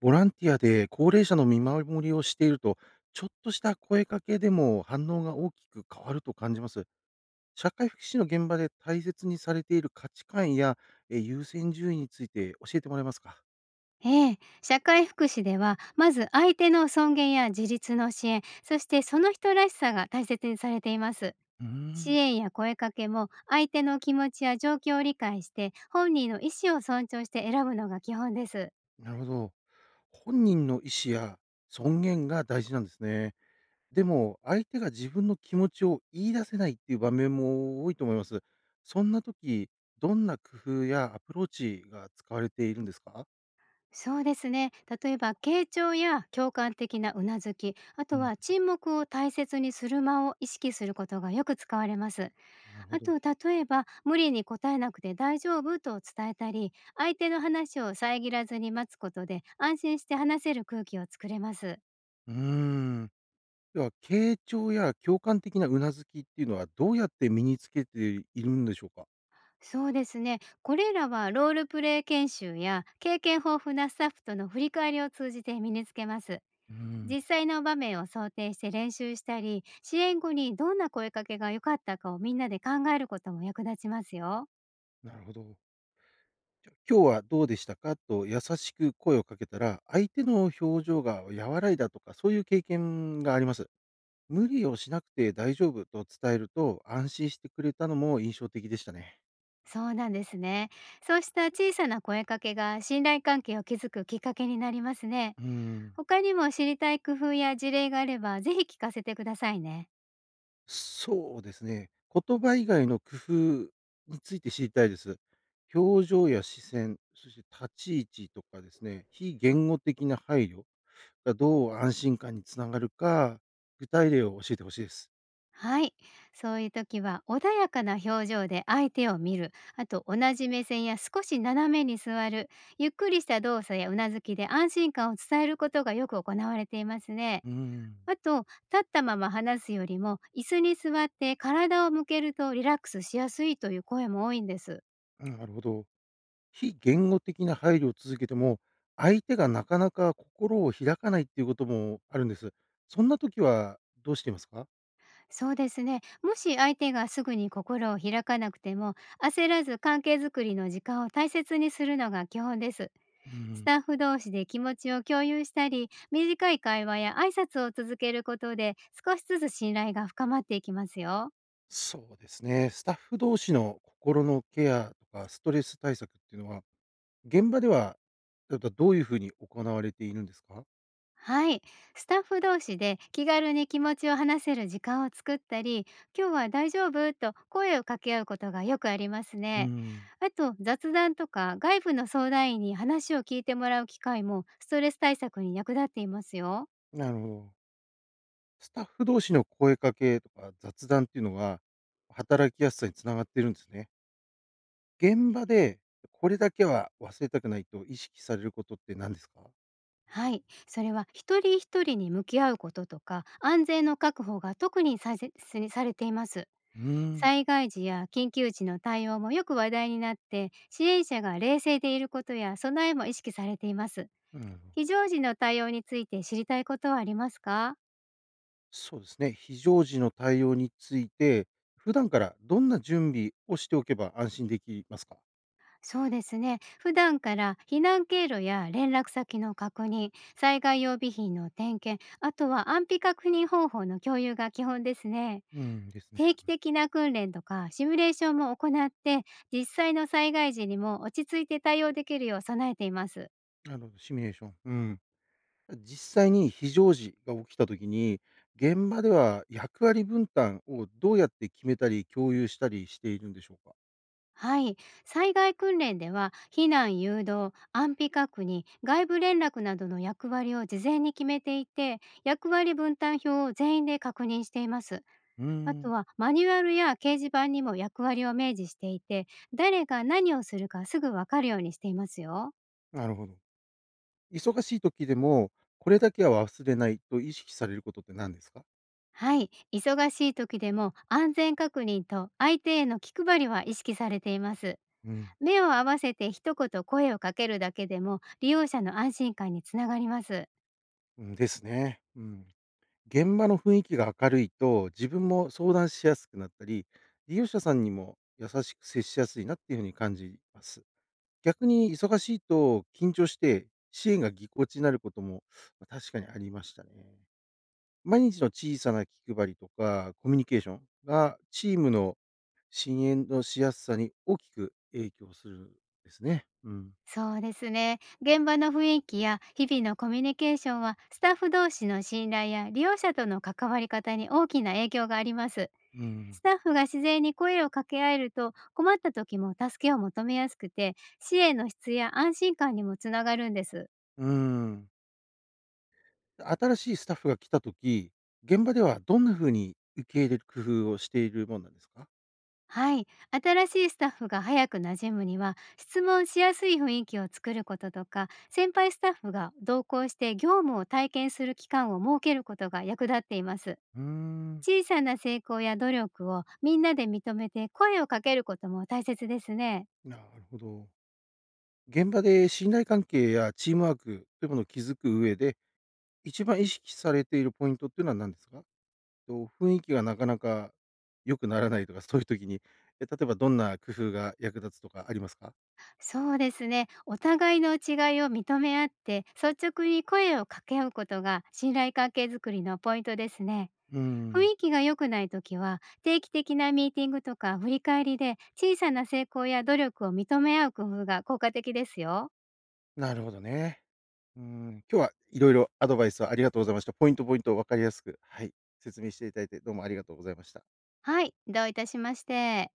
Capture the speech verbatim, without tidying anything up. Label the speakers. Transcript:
Speaker 1: ボランティアで高齢者の見守りをしていると、ちょっとした声かけでも反応が大きく変わると感じます。社会福祉の現場で大切にされている価値観やえー優先順位について教えてもらえますか？
Speaker 2: ええ、社会福祉では、まず相手の尊厳や自立の支援、そしてその人らしさが大切にされています。
Speaker 1: うー
Speaker 2: 支
Speaker 1: ん、
Speaker 2: 援や声かけも、相手の気持ちや状況を理解して、本人の意思を尊重して選ぶのが基本です。
Speaker 1: なるほど。本人の意思や尊厳が大事なんですね。でも、相手が自分の気持ちを言い出せないっていう場面も多いと思います。そんな時、どんな工夫やアプローチが使われているんですか？
Speaker 2: そうですね。例えば、傾聴や共感的なうなずき、あ
Speaker 1: う
Speaker 2: と
Speaker 1: ん、
Speaker 2: は沈黙を大切にする間を意識することがよく使われます。
Speaker 1: なるほ
Speaker 2: あ
Speaker 1: ど。
Speaker 2: と、例えば、無理に答えなくて大丈夫と伝えたり、相手の話を遮らずに待つことで、安心して話せる空気を作れます。
Speaker 1: うーん。では、傾聴や共感的なうなずきっていうのはどうやって身につけているんでしょうか？
Speaker 2: そうですね。これらはロールプレイ研修や経験豊富なスタッフとの振り返りを通じて身につけます。
Speaker 1: うーん。
Speaker 2: 実際の場面を想定して練習したり、支援後にどんな声かけが良かったかをみんなで考えることも役立ちますよ。
Speaker 1: なるほど。じゃあ、今日はどうでしたかと優しく声をかけたら、相手の表情が和らいだとか、そういう経験があります。無理をしなくて大丈夫と伝えると、安心してくれたのも印象的でしたね。
Speaker 2: そうなんですね。そうした小さな声かけが信頼関係を築くきっかけになりますね。
Speaker 1: うーん。
Speaker 2: 他にも知りたい工夫や事例があればぜひ聞かせてくださいね。
Speaker 1: そうですね。言葉以外の工夫について知りたいです。表情や視線、そして立ち位置とかですね、非言語的な配慮がどう安心感につながるか、具体例を教えてほしいです。
Speaker 2: はい。そういう時は、穏やかな表情で相手を見る。あと、同じ目線や少し斜めに座る。ゆっくりした動作やうなずきで安心感を伝えることがよく行われていますね。
Speaker 1: うーん、
Speaker 2: あと、立ったまま話すよりも、椅子に座って体を向けるとリラックスしやすいという声も多いんです。
Speaker 1: なるほど。非言語的な配慮を続けても、相手がなかなか心を開かないっていうこともあるんです。そんな時はどうしていますか？
Speaker 2: そうですね。もし相手がすぐに心を開かなくても、焦らず関係づくりの時間を大切にするのが基本です。
Speaker 1: うー
Speaker 2: ス
Speaker 1: ん、
Speaker 2: タッフ同士で気持ちを共有したり、短い会話や挨拶を続けることで、少しずつ信頼が深まっていきますよ。
Speaker 1: そうですね。スタッフ同士の心のケアとかストレス対策っていうのは、現場では、例えばどういうふうに行われているんですか？
Speaker 2: はい。スタッフ同士で気軽に気持ちを話せる時間を作ったり、今日は大丈夫と声を掛け合うことがよくあります
Speaker 1: う
Speaker 2: ね。
Speaker 1: ん。
Speaker 2: あと、雑談とか外部の相談員に話を聞いてもらう機会もストレス対策に役立っていますよ。
Speaker 1: なるほど。スタッフ同士の声かけとか雑談っていうのが、働きやすさに繋がっているんですね。現場でこれだけは忘れたくないと意識されることって何ですか？
Speaker 2: はい。それは一人一人に向き合うこととか、安全の確保が特にさせされています。
Speaker 1: うーん。
Speaker 2: 災害時や緊急時の対応もよく話題になって、支援者が冷静でいることや備えも意識されています。
Speaker 1: うん、
Speaker 2: 非常時の対応について知りたいことはありますか？
Speaker 1: そうですね。非常時の対応について、普段からどんな準備をしておけば安心できますか？
Speaker 2: そうですね。普段から避難経路や連絡先の確認、災害用備品の点検、あとは安否確認方法の共有が基本ですね。
Speaker 1: うん、ですね。
Speaker 2: 定期的な訓練とかシミュレーションも行って、実際の災害時にも落ち着いて対応できるよう備えています。
Speaker 1: なるほど、シミュレーション。うん。実際に非常時が起きたときに、現場では役割分担をどうやって決めたり共有したりしているんでしょうか？
Speaker 2: はい。災害訓練では、避難誘導、安否確認、外部連絡などの役割を事前に決めていて、役割分担表を全員で確認しています。
Speaker 1: うー
Speaker 2: あと
Speaker 1: ん、
Speaker 2: は、マニュアルや掲示板にも役割を明示していて、誰が何をするかすぐわかるようにしていますよ。
Speaker 1: なるほど。忙しい時でも、これだけは忘れないと意識されることって何ですか？
Speaker 2: はい。忙しい時でも、安全確認と相手への気配りは意識されています。
Speaker 1: うん、
Speaker 2: 目を合わせて一言声をかけるだけでも、利用者の安心感につながります。
Speaker 1: うん、ですね。うん。現場の雰囲気が明るいと、自分も相談しやすくなったり、利用者さんにも優しく接しやすいなっていうふうに感じます。逆に忙しいと緊張して、支援がぎこちになることも、ま、確かにありましたね。毎日の小さな気配りとか、コミュニケーションが、チームの支援のしやすさに大きく影響するんですね。うん。
Speaker 2: そうですね。現場の雰囲気や日々のコミュニケーションは、スタッフ同士の信頼や利用者との関わり方に大きな影響があります。
Speaker 1: うん。
Speaker 2: スタッフが自然に声を掛け合えると、困った時も助けを求めやすくて、支援の質や安心感にもつながるんです。
Speaker 1: うん。新しいスタッフが来た時、現場ではどんな風に受け入れる工夫をしているもんなんですか？
Speaker 2: はい。新しいスタッフが早く馴染むには、質問しやすい雰囲気を作ることとか、先輩スタッフが同行して業務を体験する期間を設けることが役立っています。
Speaker 1: うーん、
Speaker 2: 小さな成功や努力をみんなで認めて声をかけることも大切ですね。
Speaker 1: なるほど。現場で信頼関係やチームワークというものを築く上で一番意識されているポイントっていうのは何ですか？と、雰囲気がなかなか良くならないとか、そういう時に、え、例えばどんな工夫が役立つとかありますか？
Speaker 2: そうですね。お互いの違いを認め合って率直に声を掛け合うことが信頼関係づくりのポイントですね。
Speaker 1: うー
Speaker 2: 雰
Speaker 1: ん、
Speaker 2: 囲気が良くない時は、定期的なミーティングとか振り返りで小さな成功や努力を認め合う工夫が効果的ですよ。
Speaker 1: なるほどね。うーん、今日は色々アドバイスをありがとうございました。ポイントポイントを分かりやすく、はい、説明していただいてどうもありがとうございました。
Speaker 2: はい、どういたしまして。